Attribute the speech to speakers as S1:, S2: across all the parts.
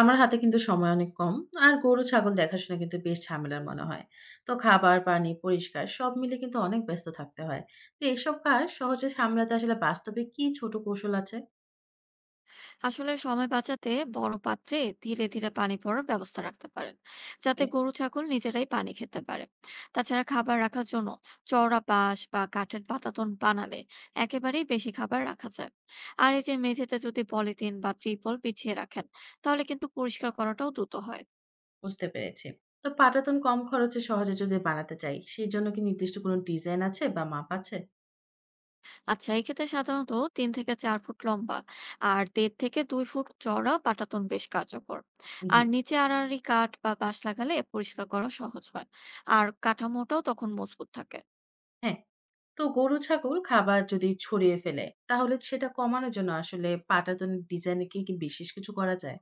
S1: আমার হাতে কিন্তু সময় অনেক কম। আর গরু ছাগল দেখাশোনা কিন্তু বেশ ঝামেলার মনে হয়। তো খাবার, পানি, পরিষ্কার সব মিলে কিন্তু অনেক ব্যস্ত থাকতে হয়। তো এসব কাজ সহজে সামলাতে আসলে বাস্তবে কি ছোট কৌশল আছে?
S2: আসলে সময় বাঁচাতে বড় পাত্রে ধীরে ধীরে পানি পড়ার ব্যবস্থা রাখতে পারেন, যাতে
S1: এ
S2: গরু ছাগল নিজেরাই পানি খেতে পারে। তাছাড়া খাবার রাখার জন্য চওড়া বাঁশ বা কাঠের পাতাতন বানালে একেবারেই বেশি খাবার রাখা যায়। আর এই যে মেঝেতে যদি পলিথিন বা ত্রিপল বিছিয়ে রাখেন, তাহলে কিন্তু পরিষ্কার করাটাও দ্রুত হয়।
S1: বুঝতে পেরেছি। তো পাটাতন কম খরচে সহজে যদি বানাতে চাই, সেই জন্য কি নির্দিষ্ট কোনো ডিজাইন আছে বা মাপ আছে?
S2: আচ্ছা, এক্ষেত্রে সাধারণত ৩ থেকে ৪ ফুট লম্বা আর ১.৫ থেকে ২ ফুট চওড়া পাটাতন বেশ কার্যকর।
S1: জি,
S2: আর নিচে আড়াআড়ি কাঠ বা বাঁশ লাগালে পরিষ্কার করা সহজ হয়। আর কাঠামোটাও তখন মজবুত থাকে।
S1: হ্যাঁ। তো গরু ছাগল খাবার যদি ছড়িয়ে ফেলে, তাহলে সেটা কমানোর জন্য আসলে পাটাতনের ডিজাইনে কি, কি বিশেষ কিছু করা যায়?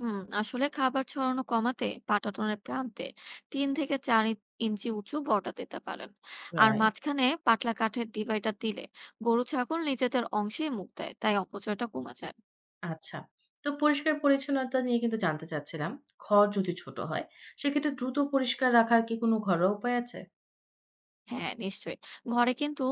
S2: আসলে খাবার ছড়ানো কমাতে পাটাতনের প্রান্তে ৩ থেকে ৪ ইঞ্চি উঁচু বর্ডার দিতে পারেন। আর
S1: রাইট।
S2: মাঝখানে পাতলা কাঠের ডিভাইডার দিলে গরু-ছাগল নিজেদের অংশেই মুখ দেয়, তাই অপচয়টা কমে যায়।
S1: আচ্ছা। তো পরিষ্কার পরিচ্ছন্নতা নিয়ে কিন্তু জানতে চাচ্ছিলাম। ঘর যদি ছোট হয়, সেক্ষেত্রে দ্রুত পরিষ্কার রাখার কি কোনো ঘরোয়া উপায় আছে?
S2: হ্যাঁ, নিশ্চয়ই। ঘরে কিন্তু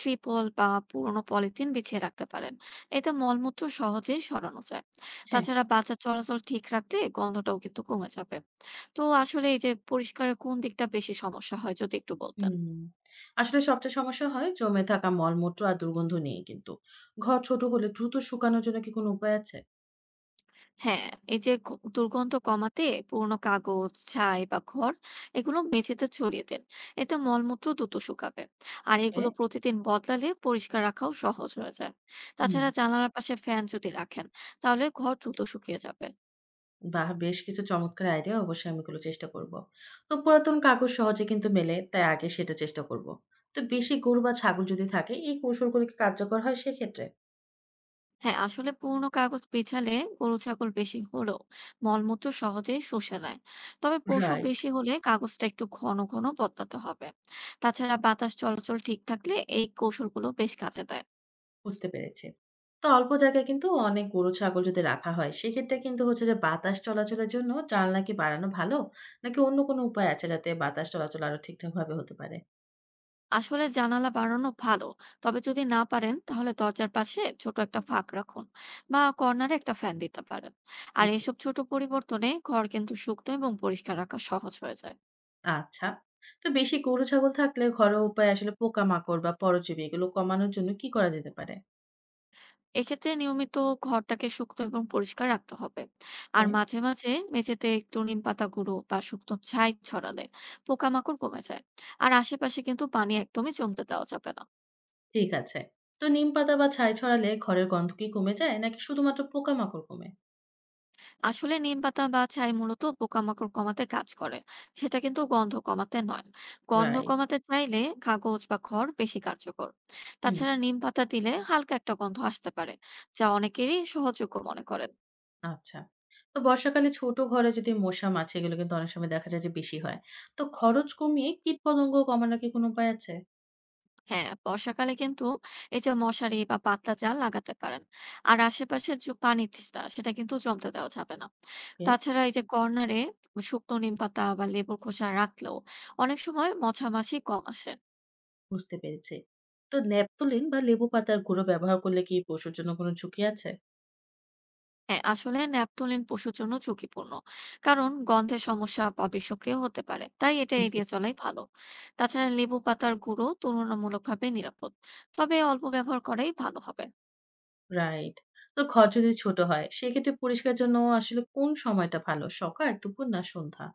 S2: ট্রিপল বা পুরনো পলিথিন বিছিয়ে রাখতে পারেন। এতে মলমূত্র সহজেই সরানো যায়।
S1: হ্যাঁ,
S2: তাছাড়া বাজার চলাচল ঠিক রাখতে গন্ধটাও কিন্তু কমে যাবে। তো আসলে এই যে পরিষ্কারের কোন দিকটা বেশি সমস্যা হয় যদি একটু বলতেন?
S1: হুম। আসলে সবচেয়ে সমস্যা হয় জমে থাকা মলমূত্র আর দুর্গন্ধ নিয়ে কিন্তু। ঘর ছোট হলে দ্রুত শুকানোর জন্য কি কোনো উপায় আছে?
S2: হ্যাঁ, এই যে গু দুর্গন্ধ কমাতে পুরোনো কাগজ, ছাই বা খড় এগুলো মেঝেতে ছড়িয়ে দেন। এতে মলমূত্র দ্রুত শুকাবে। আর
S1: এ
S2: এগুলো প্রতিদিন বদলালে পরিষ্কার রাখাও সহজ হয়ে যায়।
S1: হুম।
S2: তাছাড়া জানালার পাশে ফ্যান যদি রাখেন, তাহলে ঘর দ্রুত শুকিয়ে যাবে।
S1: বাহ! বেশ কিছু চমৎকার আইডিয়া। অবশ্যই আমি এগুলো চেষ্টা করব। তো পুরাতন কাগজ সহজে কিন্তু মেলে, তাই আগে সেটা চেষ্টা করব। তো বেশি গরু বা ছাগল যদি থাকে, এই কৌশলগুলো কি কার্যকর হয় সেক্ষেত্রে?
S2: হ্যাঁ, আসলে পুরোনো কাগজ বিছালে গরু ছাগল বেশি হলেও মলমূত্র সহজেই শুষে নেয়। তবে পশু
S1: রাইট।
S2: বেশি হলে কাগজটা একটু ঘন ঘন বদলাতে হবে। তাছাড়া বাতাস চলাচল ঠিক থাকলে এই কৌশলগুলো বেশ কাজে দেয়।
S1: বুঝতে পেরেছি। তো অল্প জায়গায় কিন্তু অনেক গরু ছাগল যদি রাখা হয়, সেক্ষেত্রে কিন্তু হচ্ছে যে বাতাস চলাচলের জন্য জানলা কি বাড়ানো ভালো? নাকি অন্য কোনো উপায় আছে যাতে বাতাস চলাচল আরো ঠিকঠাকভাবে হতে পারে?
S2: আসলে জানালা বাড়ানো ভালো, তবে যদি না পারেন তাহলে দরজার পাশে ছোট একটা ফাঁক রাখুন বা কর্নারে একটা ফ্যান দিতে পারেন। আর
S1: জি।
S2: এসব ছোট পরিবর্তনে ঘর কিন্তু শুকনো এবং পরিষ্কার রাখা সহজ হয়ে যায়।
S1: আচ্ছা। তো বেশি গরু ছাগল থাকলে ঘরোয়া উপায়ে আসলে পোকামাকড় বা পরজীবী এগুলো কমানোর জন্য কি করা যেতে পারে?
S2: এক্ষেত্রে নিয়মিত ঘরটাকে শুকনো এবং পরিষ্কার রাখতে হবে। আর
S1: হ্যাঁ।
S2: মাঝে মাঝে মেঝেতে একটু নিম পাতা গুঁড়ো বা শুকনো ছাই ছড়ালে পোকামাকড় কমে যায়। আর আশেপাশে কিন্তু পানি একদমই জমতে দেওয়া যাবে না।
S1: ঠিক আছে। তো নিম পাতা বা ছাই ছড়ালে ঘরের গন্ধ কি কমে যায়? নাকি শুধুমাত্র পোকামাকড় কমে?
S2: আসলে নিম পাতা বা ছাই মূলত পোকামাকড় কমাতে কাজ করে, সেটা কিন্তু গন্ধ কমাতে নয়। গন্ধ
S1: রাইট।
S2: কমাতে চাইলে কাগজ বা খড় বেশি কার্যকর।
S1: হুম।
S2: তাছাড়া নিম পাতা দিলে হালকা একটা গন্ধ আসতে পারে, যা অনেকেরই সহযোগ্য মনে করেন।
S1: আচ্ছা। তো বর্ষাকালে ছোট ঘরে যদি মশা, মাছি এগুলো কিন্তু অনেক সময় দেখা যায় যে বেশি হয়। তো খরচ কমিয়ে কীটপতঙ্গ কমানোর কি কোনো উপায় আছে?
S2: হ্যাঁ, বর্ষাকালে কিন্তু এই যে মশারি বা পাতলা জাল লাগাতে পারেন। আর আশেপাশে যে পানি তৃষ্ণা সেটা কিন্তু জমতে দেওয়া যাবে না।
S1: ওকে,
S2: তাছাড়া এই যে কর্নারে শুকনো নিম পাতা বা লেবুর খোসা রাখলেও অনেক সময় মশামাছি কম আসে।
S1: বুঝতে পেরেছি। তো ন্যাপথলিন বা লেবু পাতার গুঁড়ো ব্যবহার করলে কি পশুর জন্য কোনো ঝুঁকি আছে?
S2: হ্যাঁ, আসলে ন্যাপথলিন পশুর জন্য ঝুঁকিপূর্ণ, কারণ গন্ধের সমস্যা বা বিষক্রিয়া হতে পারে, তাই এটা
S1: জি,
S2: এড়িয়ে চলাই ভালো। তাছাড়া লেবু পাতার গুঁড়ো তুলনামূলকভাবে নিরাপদ, তবে অল্প ব্যবহার করাই ভালো হবে।
S1: রাইট। তো ঘর যদি ছোট হয় সেক্ষেত্রে পরিষ্কার জন্য আসলে কোন সময়টা ভালো? সকাল, দুপুর না সন্ধ্যা?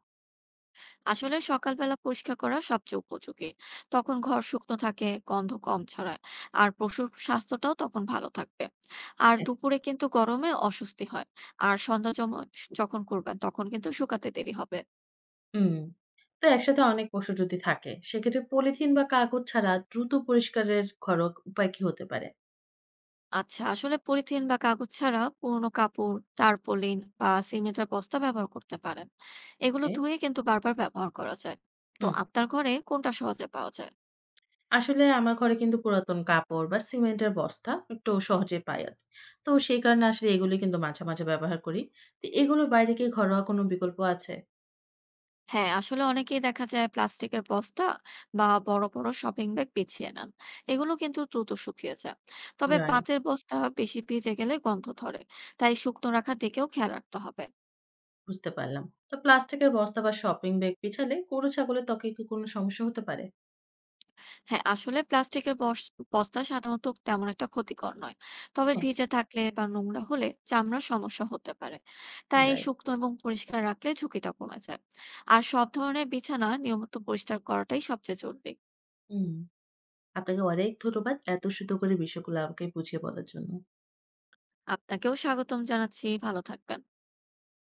S2: আসলে সকালবেলা পরিষ্কার করা সবচেয়ে উপযোগী। তখন ঘর শুকনো থাকে, গন্ধ কম ছড়ায়, আর পশুর স্বাস্থ্যটাও তখন ভালো থাকবে। আর
S1: হ্যাঁ,
S2: দুপুরে কিন্তু গরমে অস্বস্তি হয়। আর সন্ধ্যা যখন করবেন তখন কিন্তু শুকাতে দেরি হবে।
S1: হুম। তো একসাথে অনেক পশু যদি থাকে সেক্ষেত্রে পলিথিন বা কাগজ ছাড়া দ্রুত পরিষ্কারের ঘরোয়া উপায় কি হতে পারে?
S2: আচ্ছা, আসলে পলিথিন বা কাগজ ছাড়া পুরোনো কাপড়, তারপলিন বা সিমেন্টের বস্তা ব্যবহার করতে পারেন। এগুলো
S1: ওকে,
S2: ধুয়ে কিন্তু বারবার ব্যবহার করা যায়। তো
S1: হুম।
S2: আপনার ঘরে কোনটা সহজে পাওয়া যায়?
S1: আসলে আমার ঘরে কিন্তু পুরাতন কাপড় বা সিমেন্টের বস্তা একটু সহজে পাই আর কি। তো সেই কারণে আসলে এগুলো কিন্তু মাঝে মাঝে ব্যবহার করি। তো এগুলোর বাইরে কি ঘরোয়া কোনো বিকল্প আছে?
S2: হ্যাঁ, আসলে অনেকেই দেখা যায় প্লাস্টিকের বস্তা বা বড় বড় শপিং ব্যাগ পিছিয়ে নেন। এগুলো কিন্তু দ্রুত শুকিয়ে যায়। তবে
S1: রাইট,
S2: পাটের বস্তা বেশি ভিজে গেলে গন্ধ ধরে, তাই শুকনো রাখার দিকেও খেয়াল রাখতে হবে।
S1: বুঝতে পারলাম। তো প্লাস্টিকের বস্তা বা শপিং ব্যাগ বিছালে গরু ছাগলের ত্বকে কি কোনো সমস্যা হতে পারে?
S2: হ্যাঁ, আসলে প্লাস্টিকের বস্তা সাধারণত তেমন একটা ক্ষতিকর নয়। তবে
S1: হ্যাঁ,
S2: ভিজে থাকলে বা নোংরা হলে চামড়ার সমস্যা হতে পারে। তাই
S1: রাইট।
S2: শুকনো এবং পরিষ্কার রাখলে ঝুঁকিটা কমে যায়। আর সব ধরনের বিছানা নিয়মিত পরিষ্কার করাটাই সবচেয়ে জরুরি।
S1: হুম। আপনাকে অনেক ধন্যবাদ। এত সুন্দর করে বিষয়গুলো আমাকে বুঝিয়ে বলার জন্য।
S2: আপনাকেও স্বাগতম জানাচ্ছি। ভালো থাকবেন।